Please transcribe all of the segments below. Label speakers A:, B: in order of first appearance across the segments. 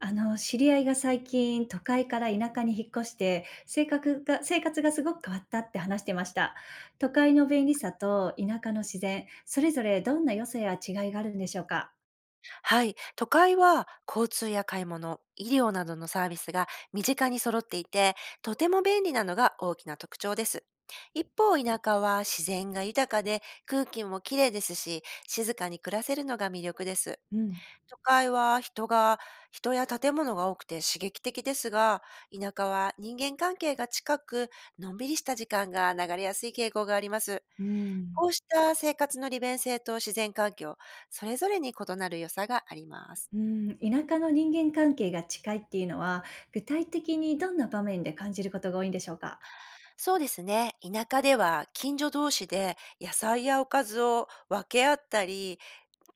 A: 知り合いが最近都会から田舎に引っ越して、性格が生活がすごく変わったって話してました。都会の便利さと田舎の自然、それぞれどんな良さや違いがあるんでしょうか。
B: はい、都会は交通や買い物、医療などのサービスが身近に揃っていて、とても便利なのが大きな特徴です。一方、田舎は自然が豊かで空気もきれいですし、静かに暮らせるのが魅力です。
A: うん。
B: 都会は人や建物が多くて刺激的ですが、田舎は人間関係が近く、のんびりした時間が流れやすい傾向があります。
A: うん。
B: こうした生活の利便性と自然環境、それぞれに異なる良さがあります。
A: うん、田舎の人間関係が近いっていうのは、具体的にどんな場面で感じることが多いんでしょうか。
B: そうですね。田舎では近所同士で野菜やおかずを分け合ったり、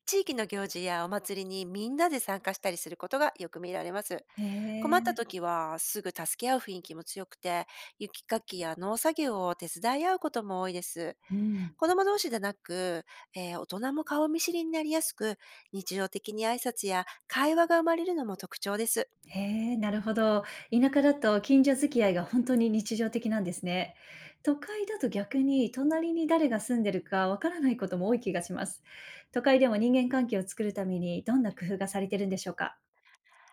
B: 地域の行事やお祭りにみんなで参加したりすることがよく見られます。
A: へ
B: 困った
A: え。
B: 時はすぐ助け合う雰囲気も強くて、雪かきや農作業を手伝い合うことも多いです。
A: うん。
B: 子供同士でなく、大人も顔見知りになりやすく、日常的に挨拶や会話が生まれるのも特徴です。
A: へえ、なるほど。田舎だと近所付き合いが本当に日常的なんですね。都会だと逆に隣に誰が住んでるかわからないことも多い気がします。都会でも人間関係を作るためにどんな工夫がされてるんでしょうか？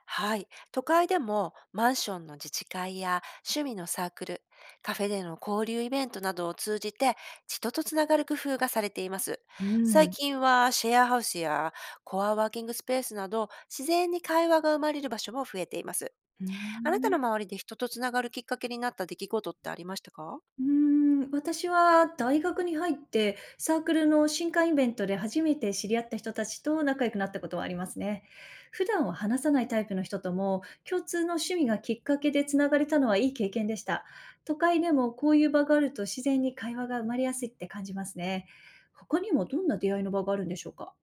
B: はい。都会でもマンションの自治会や趣味のサークル、カフェでの交流イベントなどを通じて人とつながる工夫がされています。
A: う
B: 最
A: ん。
B: 近はシェアハウスやコアワーキングスペースなど、自然に会話が生まれる場所も増えています。
A: うー
B: あなたの
A: ん。
B: 周りで人とつながるきっかけになった出来事ってありましたか？
A: うーん、私は大学に入って、サークルの新歓イベントで初めて知り合った人たちと仲良くなったことはありますね。普段は話さないタイプの人とも、共通の趣味がきっかけでつながれたのはいい経験でした。都会でもこういう場があると自然に会話が生まれやすいって感じますね。他にもどんな出会いの場があるんでしょうか？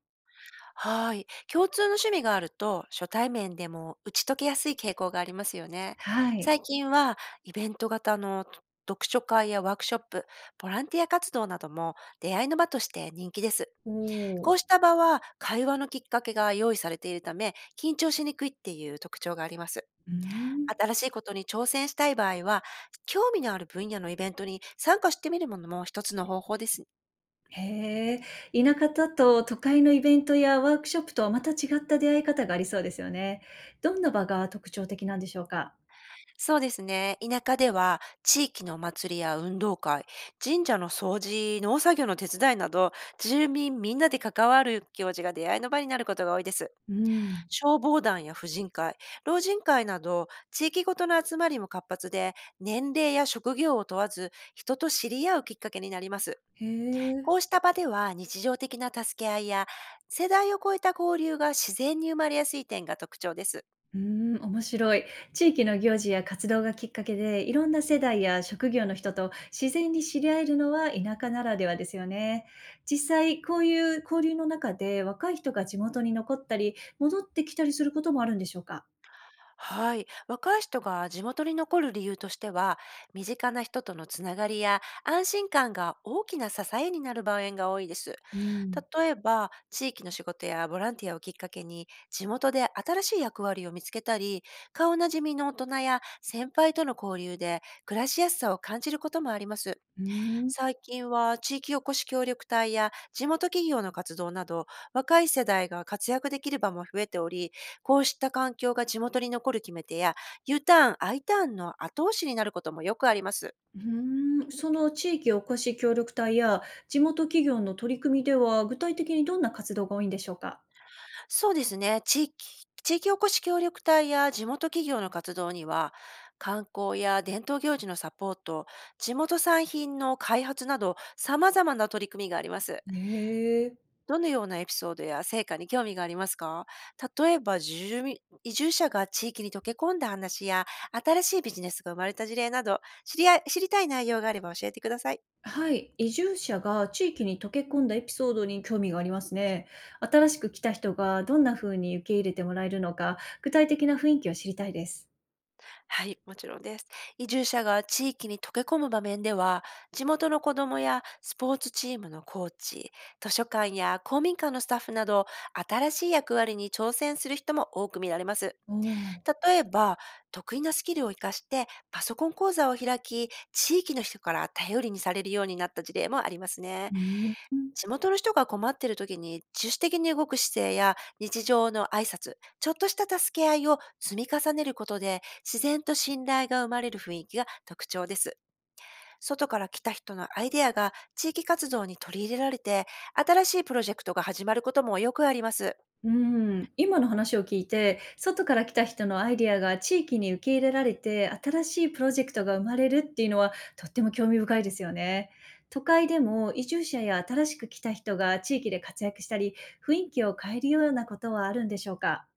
B: はい。共通の趣味があると、初対面でも打ち解けやすい傾向がありますよね。
A: はい。
B: 最近は、イベント型の読書会やワークショップ、ボランティア活動なども出会いの場として人気です。
A: おー。
B: こうした場は、会話のきっかけが用意されているため、緊張しにくいっていう特徴があります。
A: うーん。
B: 新しいことに挑戦したい場合は、興味のある分野のイベントに参加してみるものも一つの方法ですね。
A: へえ、田舎だと都会のイベントやワークショップとはまた違った出会い方がありそうですよね。どんな場が特徴的なんでしょうか？
B: そうですね。田舎では地域のお祭りや運動会、神社の掃除、農作業の手伝いなど、住民みんなで関わる行事が出会いの場になることが多いです。
A: うん。
B: 消防団や婦人会、老人会など、地域ごとの集まりも活発で、年齢や職業を問わず、人と知り合うきっかけになります。
A: へえ。
B: こうした場では、日常的な助け合いや、世代を超えた交流が自然に生まれやすい点が特徴です。
A: うーん、面白い。地域の行事や活動がきっかけで、いろんな世代や職業の人と自然に知り合えるのは田舎ならではですよね。実際こういう交流の中で、若い人が地元に残ったり、戻ってきたりすることもあるんでしょうか？
B: はい。若い人が地元に残る理由としては、身近な人とのつながりや安心感が大きな支えになる場面が多いです。
A: うん。
B: 例えば、地域の仕事やボランティアをきっかけに、地元で新しい役割を見つけたり、顔なじみの大人や先輩との交流で暮らしやすさを感じることもあります。
A: うーん。
B: 最近は地域おこし協力隊や地元企業の活動など、若い世代が活躍できる場も増えており、こうした環境が地元に残る決め手や U ターン、I ターンの後押しになることもよくあります。
A: うーん、その地域おこし協力隊や地元企業の取り組みでは、具体的にどんな活動が多いんでしょうか？
B: そうですね。地域おこし協力隊や地元企業の活動には、観光や伝統行事のサポート、地元産品の開発など、様々な取り組みがあります。
A: へえ。
B: どのようなエピソードや成果に興味がありますか？例えば、住民移住者が地域に溶け込んだ話や、新しいビジネスが生まれた事例など、知りたい内容があれば教えてください。
A: はい、移住者が地域に溶け込んだエピソードに興味がありますね。新しく来た人がどんな風に受け入れてもらえるのか、具体的な雰囲気を知りたいです。
B: はい、もちろんです。移住者が地域に溶け込む場面では、地元の子どもやスポーツチームのコーチ、図書館や公民館のスタッフなど、新しい役割に挑戦する人も多く見られます。
A: おお。
B: 例えば、得意なスキルを活かしてパソコン講座を開き、地域の人から頼りにされるようになった事例もありますね。
A: うーん。
B: 地元の人が困っている時に自主的に動く姿勢や日常の挨拶、ちょっとした助け合いを積み重ねることで、自然と信頼が生まれる雰囲気が特徴です。外から来た人のアイデアが地域活動に取り入れられて、新しいプロジェクトが始まることもよくあります。
A: うん、今の話を聞いて、外から来た人のアイディアが地域に受け入れられて、新しいプロジェクトが生まれるっていうのは、とっても興味深いですよね。都会でも移住者や新しく来た人が地域で活躍したり、雰囲気を変えるようなことはあるんでしょうか？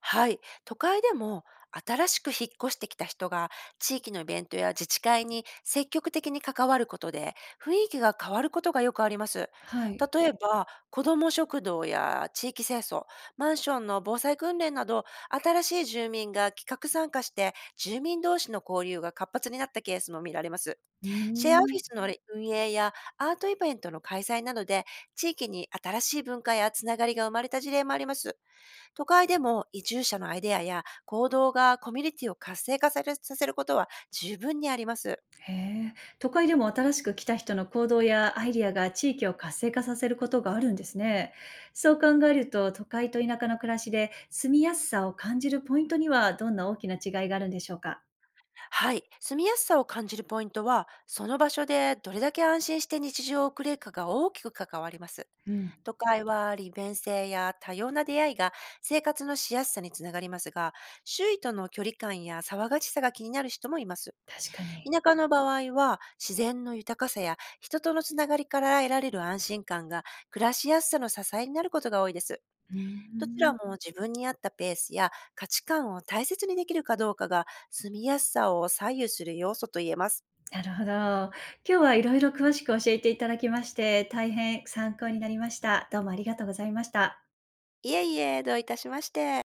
B: はい、都会でも新しく引っ越してきた人が地域のイベントや自治会に積極的に関わることで、雰囲気が変わることがよくあります。
A: はい。
B: 例えば子ども食堂や地域清掃、マンションの防災訓練など、新しい住民が企画参加して住民同士の交流が活発になったケースも見られます。
A: うー
B: シェアオフ
A: ん。
B: ィスの運営やアートイベントの開催などで、地域に新しい文化やつながりが生まれた事例もあります。都会でも移住者のアイデアや行動がコミュニティを活性化されさせることは十分にあります。
A: へえ、都会でも新しく来た人の行動やアイディアが地域を活性化させることがあるんですね。そう考えると、都会と田舎の暮らしで住みやすさを感じるポイントにはどんな大きな違いがあるんでしょうか。
B: はい。住みやすさを感じるポイントは、その場所でどれだけ安心して日常を送れるかが大きく関わります。
A: うん、
B: 都会は利便性や多様な出会いが生活のしやすさにつながりますが、周囲との距離感や騒がしさが気になる人もいます。
A: 確かに。
B: 田舎の場合は、自然の豊かさや人とのつながりから得られる安心感が暮らしやすさの支えになることが多いです。
A: うー
B: どちら
A: ん、
B: も自分に合ったペースや価値観を大切にできるかどうかが住みやすさを左右する要素と言えます。
A: なるほど。今日はいろいろ詳しく教えていただきまして、大変参考になりました。どうもありがとうございました。
B: いえいえ、どういたしまして。